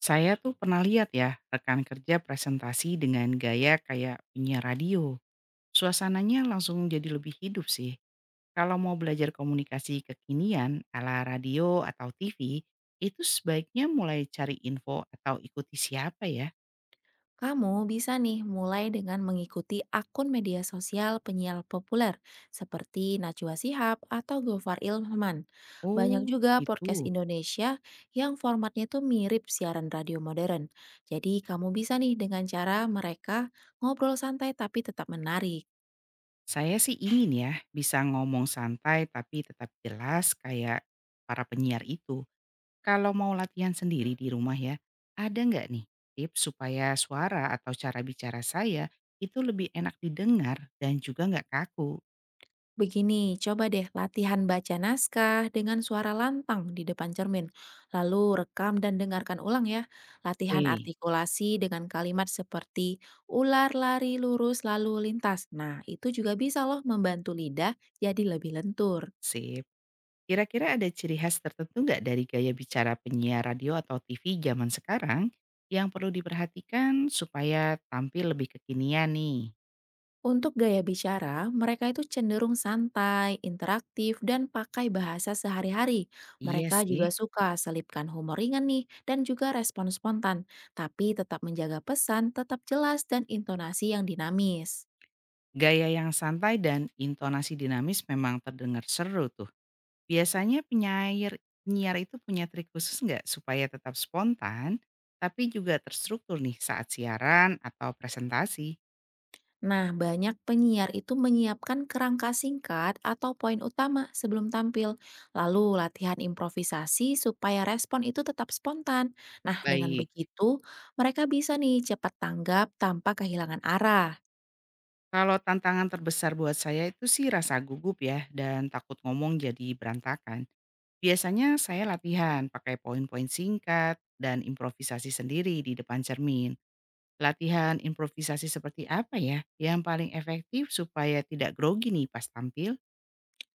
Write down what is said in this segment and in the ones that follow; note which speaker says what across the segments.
Speaker 1: Saya tuh pernah lihat ya, rekan kerja presentasi dengan gaya kayak punya radio. Suasananya langsung jadi lebih hidup sih. Kalau mau belajar komunikasi kekinian ala radio atau TV, itu sebaiknya mulai cari info atau ikuti siapa ya?
Speaker 2: Kamu bisa nih mulai dengan mengikuti akun media sosial penyiar populer seperti Najwa Shihab atau Gofar Ilman. Banyak
Speaker 1: Oh,
Speaker 2: juga podcast
Speaker 1: itu.
Speaker 2: Indonesia yang formatnya tuh mirip siaran radio modern. Jadi kamu bisa nih dengan cara mereka ngobrol santai tapi tetap menarik.
Speaker 1: Saya sih ingin ya bisa ngomong santai tapi tetap jelas kayak para penyiar itu. Kalau mau latihan sendiri di rumah ya, ada nggak nih tips supaya suara atau cara bicara saya itu lebih enak didengar dan juga nggak kaku?
Speaker 2: Begini, coba deh latihan baca naskah dengan suara lantang di depan cermin. Lalu rekam dan dengarkan ulang ya. Latihan
Speaker 1: Eh,
Speaker 2: artikulasi dengan kalimat seperti ular lari lurus lalu lintas. Nah, itu juga bisa loh membantu lidah jadi lebih lentur.
Speaker 1: sip. Kira-kira ada ciri khas tertentu nggak dari gaya bicara penyiar radio atau TV zaman sekarang yang perlu diperhatikan supaya tampil lebih kekinian nih?
Speaker 2: Untuk gaya bicara, mereka itu cenderung santai, interaktif, dan pakai bahasa sehari-hari.
Speaker 1: Iya
Speaker 2: Mereka
Speaker 1: sih,
Speaker 2: juga suka selipkan humor ringan nih, dan juga respon spontan, tapi tetap menjaga pesan, tetap jelas, dan intonasi yang dinamis.
Speaker 1: gaya yang santai dan intonasi dinamis memang terdengar seru tuh. Biasanya penyair penyiar itu punya trik khusus nggak supaya tetap spontan, tapi juga terstruktur nih saat siaran atau presentasi?
Speaker 2: Nah, banyak penyiar itu menyiapkan kerangka singkat atau poin utama sebelum tampil, lalu latihan improvisasi supaya respon itu tetap spontan. Nah, dengan
Speaker 1: Baik.
Speaker 2: begitu, mereka bisa nih cepat tanggap tanpa kehilangan arah.
Speaker 1: Kalau tantangan terbesar buat saya itu sih rasa gugup ya dan takut ngomong jadi berantakan. Biasanya saya latihan pakai poin-poin singkat dan improvisasi sendiri di depan cermin. Latihan improvisasi seperti apa ya yang paling efektif supaya tidak grogi nih pas tampil?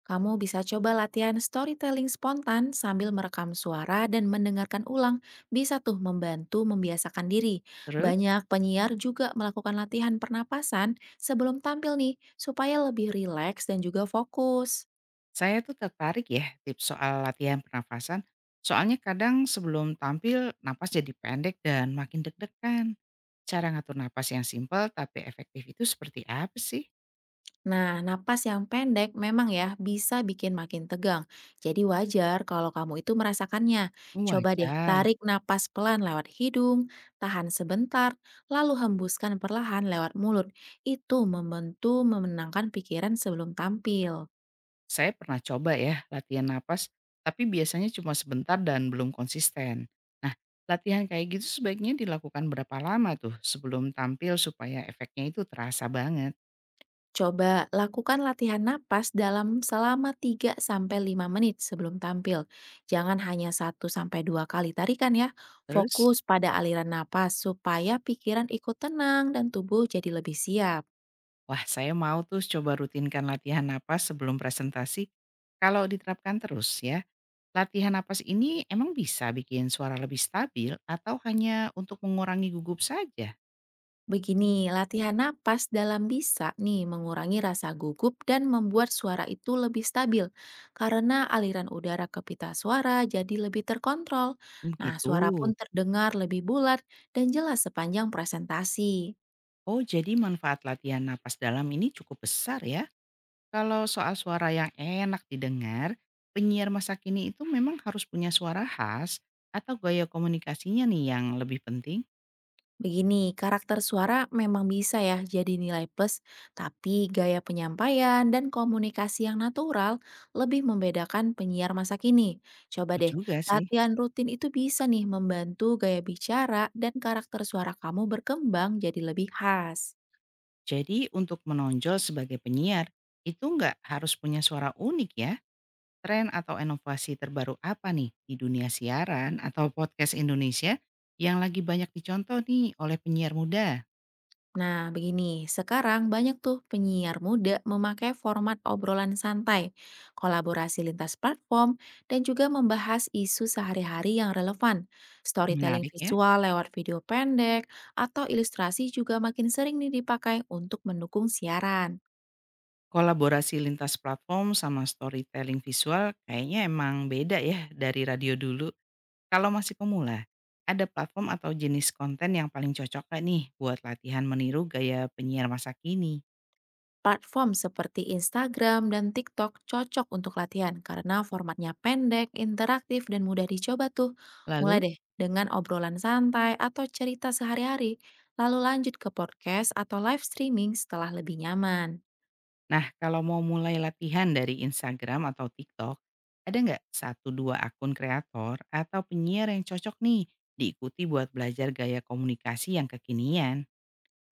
Speaker 2: Kamu bisa coba latihan storytelling spontan sambil merekam suara dan mendengarkan ulang. Bisa tuh membantu membiasakan diri.
Speaker 1: Terus?
Speaker 2: Banyak penyiar juga melakukan latihan pernapasan sebelum tampil nih, supaya lebih rileks dan juga fokus.
Speaker 1: Saya tuh tertarik ya tips soal latihan pernafasan. Soalnya kadang sebelum tampil napas jadi pendek dan makin deg-degan. Cara ngatur napas yang simpel tapi efektif itu seperti apa sih?
Speaker 2: Nah, napas yang pendek memang ya bisa bikin makin tegang. Jadi wajar kalau kamu itu merasakannya. Coba deh
Speaker 1: Wajar.
Speaker 2: tarik napas pelan lewat hidung, tahan sebentar, lalu hembuskan perlahan lewat mulut. Itu membantu memenangkan pikiran sebelum tampil.
Speaker 1: Saya pernah coba ya latihan napas, tapi biasanya cuma sebentar dan belum konsisten. Nah, latihan kayak gitu sebaiknya dilakukan berapa lama tuh sebelum tampil supaya efeknya itu terasa banget.
Speaker 2: Coba lakukan latihan napas dalam selama 3 sampai 5 menit sebelum tampil. Jangan hanya 1 sampai 2 kali tarikan ya.
Speaker 1: Terus.
Speaker 2: Fokus pada aliran napas supaya pikiran ikut tenang dan tubuh jadi lebih siap.
Speaker 1: Wah, saya mau tuh coba rutinkan latihan napas sebelum presentasi. Kalau diterapkan terus ya, latihan napas ini emang bisa bikin suara lebih stabil atau hanya untuk mengurangi gugup saja?
Speaker 2: Begini, latihan napas dalam bisa nih mengurangi rasa gugup dan membuat suara itu lebih stabil karena aliran udara ke pita suara jadi lebih terkontrol. Nah, suara
Speaker 1: Begitu.
Speaker 2: pun terdengar lebih bulat dan jelas sepanjang presentasi.
Speaker 1: Oh, jadi manfaat latihan napas dalam ini cukup besar ya. Kalau soal suara yang enak didengar, penyiar masa kini itu memang harus punya suara khas atau gaya komunikasinya nih yang lebih penting?
Speaker 2: Begini, karakter suara memang bisa ya jadi nilai plus, tapi gaya penyampaian dan komunikasi yang natural lebih membedakan penyiar masa kini. Coba
Speaker 1: Betul
Speaker 2: deh,
Speaker 1: juga sih.
Speaker 2: latihan rutin itu bisa nih membantu gaya bicara dan karakter suara kamu berkembang jadi lebih khas.
Speaker 1: Jadi untuk menonjol sebagai penyiar, itu nggak harus punya suara unik ya? Tren atau inovasi terbaru apa nih di dunia siaran atau podcast Indonesia yang lagi banyak dicontoh nih oleh penyiar muda?
Speaker 2: Nah, begini, sekarang banyak tuh penyiar muda memakai format obrolan santai, kolaborasi lintas platform, dan juga membahas isu sehari-hari yang relevan. Storytelling
Speaker 1: Menarik ya.
Speaker 2: visual lewat video pendek atau ilustrasi juga makin sering nih dipakai untuk mendukung siaran.
Speaker 1: Kolaborasi lintas platform sama storytelling visual kayaknya emang beda ya dari radio dulu. Kalau masih pemula, ada platform atau jenis konten yang paling cocok gak nih buat latihan meniru gaya penyiar masa kini?
Speaker 2: Platform seperti Instagram dan TikTok cocok untuk latihan karena formatnya pendek, interaktif, dan mudah dicoba tuh. Mulai
Speaker 1: Lalu.
Speaker 2: deh dengan obrolan santai atau cerita sehari-hari, lalu lanjut ke podcast atau live streaming setelah lebih nyaman.
Speaker 1: Nah, kalau mau mulai latihan dari Instagram atau TikTok, ada nggak satu dua akun kreator atau penyiar yang cocok nih diikuti buat belajar gaya komunikasi yang kekinian?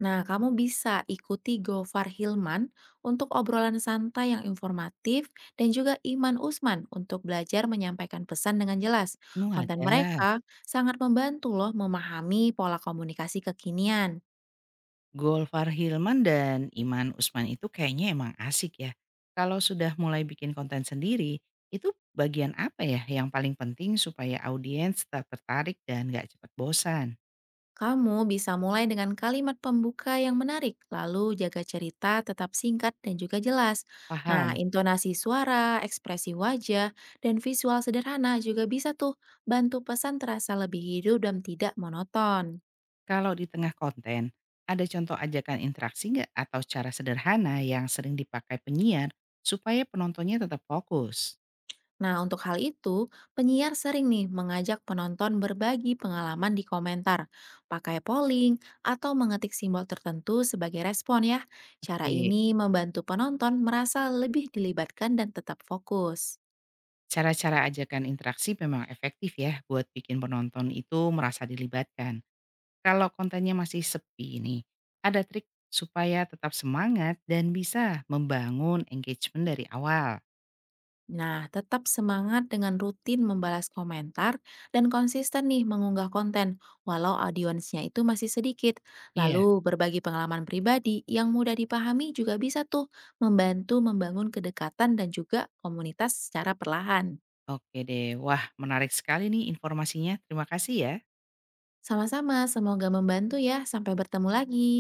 Speaker 2: Nah, kamu bisa ikuti Gofar Hilman untuk obrolan santai yang informatif dan juga Iman Usman untuk belajar menyampaikan pesan dengan jelas.
Speaker 1: Oh
Speaker 2: Konten
Speaker 1: ada.
Speaker 2: mereka sangat membantu loh memahami pola komunikasi kekinian.
Speaker 1: Golfar Hilman dan Iman Usman itu kayaknya emang asik ya. Kalau sudah mulai bikin konten sendiri, itu bagian apa ya yang paling penting supaya audiens tetap tertarik dan nggak cepat bosan?
Speaker 2: Kamu bisa mulai dengan kalimat pembuka yang menarik, lalu jaga cerita tetap singkat dan juga jelas. Nah,
Speaker 1: Paham?
Speaker 2: intonasi suara, ekspresi wajah, dan visual sederhana juga bisa tuh bantu pesan terasa lebih hidup dan tidak monoton.
Speaker 1: Kalau di tengah konten, ada contoh ajakan interaksi nggak atau cara sederhana yang sering dipakai penyiar supaya penontonnya tetap fokus?
Speaker 2: Nah, untuk hal itu, penyiar sering nih mengajak penonton berbagi pengalaman di komentar, pakai polling, atau mengetik simbol tertentu sebagai respon ya. Cara
Speaker 1: Oke,
Speaker 2: ini membantu penonton merasa lebih dilibatkan dan tetap fokus.
Speaker 1: cara-cara ajakan interaksi memang efektif ya buat bikin penonton itu merasa dilibatkan. Kalau kontennya masih sepi nih, ada trik supaya tetap semangat dan bisa membangun engagement dari awal.
Speaker 2: Nah, tetap semangat dengan rutin membalas komentar dan konsisten nih mengunggah konten, walau audiensnya itu masih sedikit.
Speaker 1: Iya,
Speaker 2: Lalu, berbagi pengalaman pribadi yang mudah dipahami juga bisa tuh membantu membangun kedekatan dan juga komunitas secara perlahan.
Speaker 1: oke deh. Wah, menarik sekali nih informasinya. Terima kasih ya.
Speaker 2: Sama-sama, semoga membantu ya. Sampai bertemu lagi.